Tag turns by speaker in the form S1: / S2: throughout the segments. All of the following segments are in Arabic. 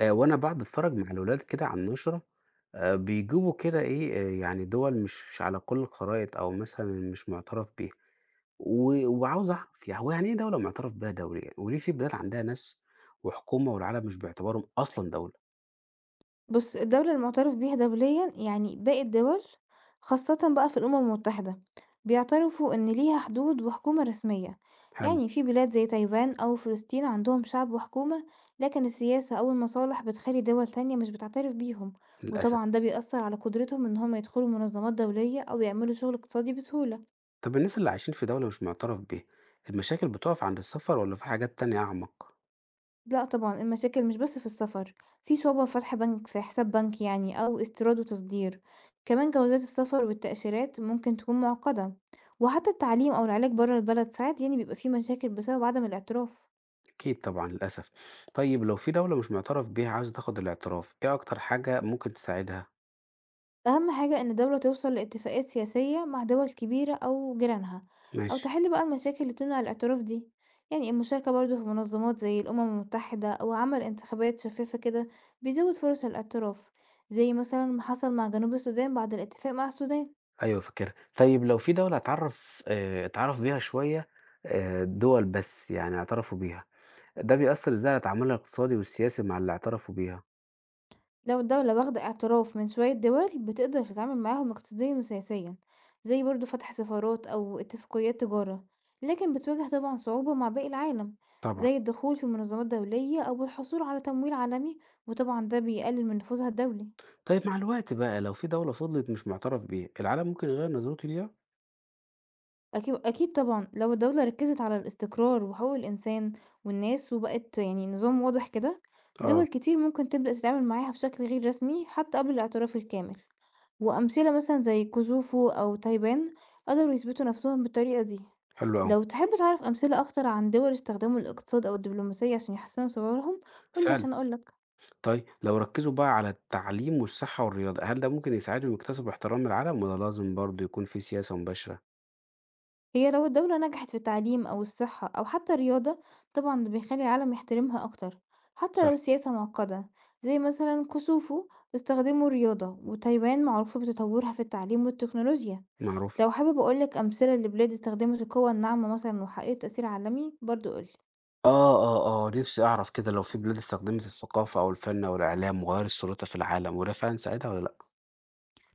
S1: وأنا باقعد باتفرّج مع الولاد كده على النشرة بيجيبوا كده إيه، يعني دُوَل مش على كل الخرائط أو مثلًا مش مُعترف بيها، وعاوز أعرف يعني هو يعني إيه دولة مُعترف بها دوليًا، يعني وليه في بلاد عندها ناس وحكومة والعالم مش باعتبارهم أصلًا دولة؟
S2: بُص، الدولة المُعتَرَف بيها دوليًا يعني باقي الدول خاصةً بقى في الأمم المتحدة، بيعترفوا إن ليها حدود وحكومة رسمية،
S1: حلو،
S2: يعني في بلاد زي تايوان أو فلسطين عندهم شعب وحكومة، لكن السياسة أو المصالح بتخلّي دول تانية مش بتعترف بيهم،
S1: للأسف.
S2: وطبعًا ده بيأثّر على قدرتهم إن هُم يدخلوا منظمات دولية أو يعملوا شغل اقتصادي بسهولة.
S1: طَب الناس اللي عايشين في دولة مش مُعترف بيها، المشاكل بتُقف عند السفر والّا في حاجات تانية أعمق؟
S2: لأ طبعًا، المشاكل مش بس في السفر، في صعوبة في فتح بنك في حساب بنكي يعني أو استيراد وتصدير، كمان جوازات السفر والتأشيرات ممكن تكون معقدة، وحتى التعليم أو العلاج برّه البلد ساعات يعني بيبقى في مشاكل بسبب عدم الاعتراف.
S1: أكيد طبعًا للأسف. طيب لو في دولة مش مُعترف بيها عايزة تاخد الاعتراف، إيه أكتر حاجة ممكن تساعدها؟
S2: أهم حاجة إن الدولة توصل لاتفاقات سياسية مع دول كبيرة أو جيرانها أو
S1: ماشي.
S2: تحل بقى المشاكل اللي بتمنع الاعتراف دي، يعني المشاركة برضو في منظمات زي الأمم المتحدة أو عمل انتخابات شفافة كده بيزود فرص الاعتراف، زي مثلا ما حصل مع جنوب السودان بعد الاتفاق مع السودان.
S1: أيوه فاكرها. طيب لو في دولة اتعرّف اتعرَف بيها شوية دول بس يعني اعترفوا بيها، ده بيأثّر إزاي على تعاملها الاقتصادي والسياسي مع اللي اعترفوا بيها؟
S2: لو الدولة واخدة اعتراف من شوية دول بتقدر تتعامل معاهم اقتصاديا وسياسيا، زي برضو فتح سفارات أو اتفاقيات تجارة، لكن بتواجه طبعا صعوبة مع باقي العالم،
S1: طبعًا.
S2: زي الدخول في منظمات دولية أو الحصول على تمويل عالمي، وطبعا ده بيقلل من نفوذها الدولي.
S1: طيب مع الوقت بقى لو في دولة فضلت مش مُعترف بيها، العالم ممكن يغيّر نظرته ليها؟
S2: أكيد أكيد طبعا لو الدولة ركزت على الاستقرار وحقوق الإنسان والناس وبقت يعني نظام واضح كده، دول
S1: آه،
S2: كتير ممكن تبدأ تتعامل معاها بشكل غير رسمي حتى قبل الاعتراف الكامل، وأمثلة مثلًا زي كوزوفو أو تايوان قدروا يثبتوا نفسهم بالطريقة دي.
S1: حلو أوي.
S2: لو تحب تعرف أمثلة أكتر عن دول استخدموا الاقتصاد أو الدبلوماسية عشان يحسنوا صورهم، قُل لي
S1: فعلًا.
S2: عشان أقول لك.
S1: طيب لو ركّزوا بقى على التعليم والصحة والرياضة، هل ده ممكن يساعدهم يكتسبوا احترام العالم والّا لازم برضه يكون في سياسة مباشرة؟
S2: هي لو الدولة نجحت في التعليم أو الصحة أو حتى الرياضة، طبعًا ده بيخلي العالم يحترمها أكتر، حتى
S1: صح.
S2: لو السياسة معقدة، زي مثلًا كوزوفو استخدموا الرياضة، وتايوان معروفة بتطورها في التعليم والتكنولوجيا.
S1: معروف.
S2: لو حابب أقول لك أمثلة لبلاد استخدمت القوة الناعمة مثلًا وحققت تأثير عالمي برضه، قُل لي.
S1: آه، آه، آه، نفسي أعرف كده لو في بلاد استخدمت الثقافة أو الفن أو الإعلام وغيّرت صورتها في العالم، وده فعلًا ساعدها والّا لأ؟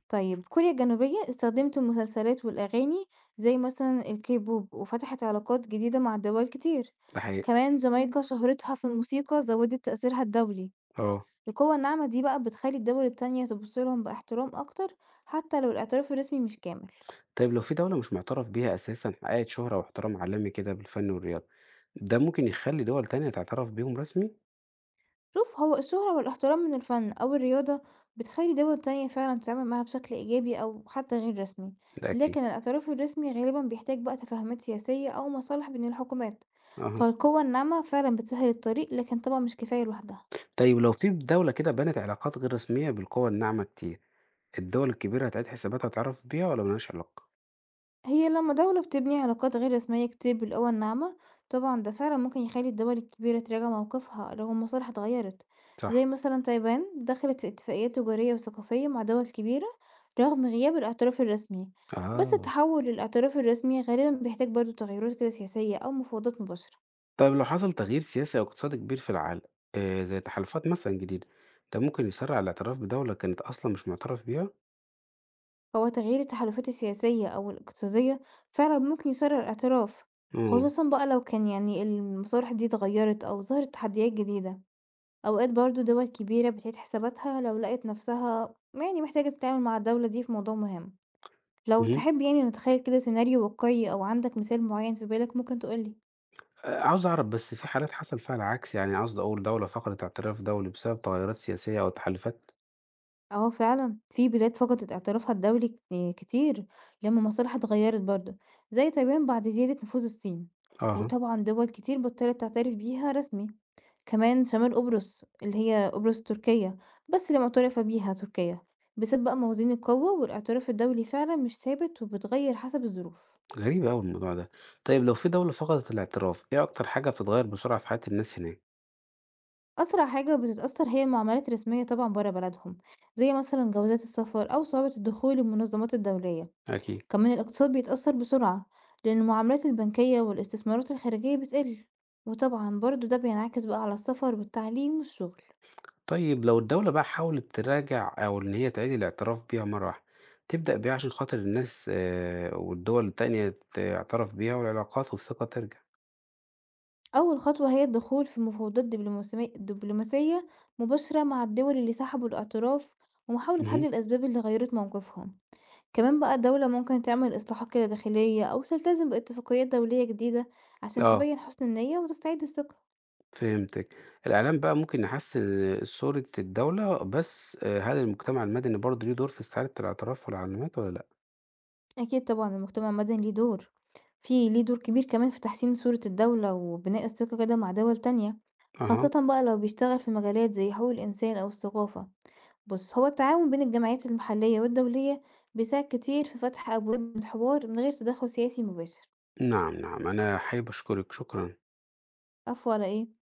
S2: طيب كوريا الجنوبية استخدمت المسلسلات والأغاني زي مثلا الكيبوب وفتحت علاقات جديدة مع دول كتير،
S1: ده حقيقي،
S2: كمان جامايكا شهرتها في الموسيقى زودت تأثيرها الدولي.
S1: آه.
S2: القوة الناعمة دي بقى بتخلي الدول التانية تبصلهم باحترام أكتر حتى لو الاعتراف الرسمي مش كامل.
S1: طيب لو في دولة مش معترف بيها أساسًا حققت شهرة واحترام عالمي كده بالفن والرياضة، ده ممكن يخلّي دول تانية تعترف بيهم رسمي؟
S2: شوف، هو الشهرة والاحترام من الفن أو الرياضة بتخلي دول تانية فعلا تتعامل معاها بشكل إيجابي أو حتى غير رسمي،
S1: ده أكيد،
S2: لكن الاعتراف الرسمي غالبا بيحتاج بقى تفاهمات سياسية أو مصالح بين الحكومات،
S1: أها.
S2: فالقوة الناعمة فعلا بتسهل الطريق لكن طبعا مش كفاية لوحدها.
S1: طيب لو في دولة كده بنت علاقات غير رسمية بالقوى الناعمة كتير، الدول الكبيرة هتعيد حساباتها وتعرف بيها والّا ما لهاش علاقة؟
S2: هي لما دولة بتبني علاقات غير رسمية كتير بالقوى الناعمة، طبعا ده فعلا ممكن يخلي الدول الكبيرة تراجع موقفها لو المصالح اتغيرت،
S1: صح،
S2: زي مثلا تايوان دخلت في اتفاقيات تجارية وثقافية مع دول كبيرة رغم غياب الاعتراف الرسمي، بس
S1: آه.
S2: التحول للاعتراف الرسمي غالبا بيحتاج برضو تغيرات كده سياسية أو مفاوضات مباشرة.
S1: طيب لو حصل تغيير سياسي أو اقتصادي كبير في العالم آه زي تحالفات مثلا جديدة ده ممكن يسرع الاعتراف بدولة كانت أصلا مش معترف بيها؟
S2: هو تغيير التحالفات السياسية أو الاقتصادية فعلا ممكن يسرع الاعتراف،
S1: امم
S2: خصوصا بقى لو كان المصالح دي اتغيرت أو ظهرت تحديات جديدة، أوقات برضه دول كبيرة بتعيد حساباتها لو لقت نفسها يعني محتاجة تتعامل مع الدولة دي في موضوع مهم. لو
S1: مهم.
S2: تحب يعني نتخيل كده سيناريو واقعي أو عندك مثال معين في بالك ممكن تقولي.
S1: آه عاوز أعرف بس في حالات حصل فيها العكس يعني قصدي أقول دولة فقدت اعتراف دولي بسبب تغيرات سياسية أو تحالفات؟
S2: اه فعلا في بلاد فقدت اعترافها الدولي كتير لما مصالحها اتغيرت برضه، زي تايوان بعد زيادة نفوذ الصين،
S1: أها
S2: وطبعا دول كتير بطلت تعترف بيها رسمي. كمان شمال قبرص اللي هي قبرص تركيا، بس اللي معترفة بيها تركيا، بسبب بقى موازين القوة، والاعتراف الدولي فعلا مش ثابت وبتغير حسب الظروف.
S1: غريب أوي الموضوع ده. طيب لو في دولة فقدت الاعتراف إيه أكتر حاجة بتتغير بسرعة في حياة الناس هناك؟
S2: أسرع حاجة بتتأثر هي المعاملات الرسمية طبعا برا بلدهم، زي مثلا جوازات السفر أو صعوبة الدخول للمنظمات الدولية،
S1: أكيد.
S2: كمان الاقتصاد بيتأثر بسرعة لأن المعاملات البنكية والاستثمارات الخارجية بتقل، وطبعا برضو ده بينعكس بقى على السفر والتعليم والشغل.
S1: طيب لو الدولة بقى حاولت تراجع أو إن هي تعيد الاعتراف بيها مرة واحدة، تبدأ بإيه عشان خاطر الناس والدول التانية تعترف بيها والعلاقات والثقة ترجع؟
S2: أول خطوة هي الدخول في مفاوضات دبلوماسية مباشرة مع الدول اللي سحبوا الاعتراف ومحاولة حل
S1: اهم.
S2: الأسباب اللي غيرت موقفهم، كمان بقى الدولة ممكن تعمل إصلاحات كده داخلية أو تلتزم باتفاقيات دولية جديدة عشان
S1: آه،
S2: تبين حسن النية وتستعيد الثقة.
S1: فهمتِك. الإعلام بقى ممكن يحسّن صورة الدولة، بس هل المجتمع المدني برضه ليه دور في استعادة الاعتراف والعلامات والّا لأ؟
S2: أكيد طبعا المجتمع المدني ليه دور، ليه دور كبير كمان في تحسين صورة الدولة وبناء الثقة كده مع دول تانية،
S1: أها.
S2: خاصة بقى لو بيشتغل في مجالات زي حقوق الإنسان أو الثقافة. بُص، هو التعاون بين الجمعيات المحلية والدولية بيساعد كتير في فتح أبواب للحوار من غير تدخُّل سياسي مباشر.
S1: نعم، نعم. أنا حابب أشكرِك، شكرًا.
S2: عارف ولا إيه؟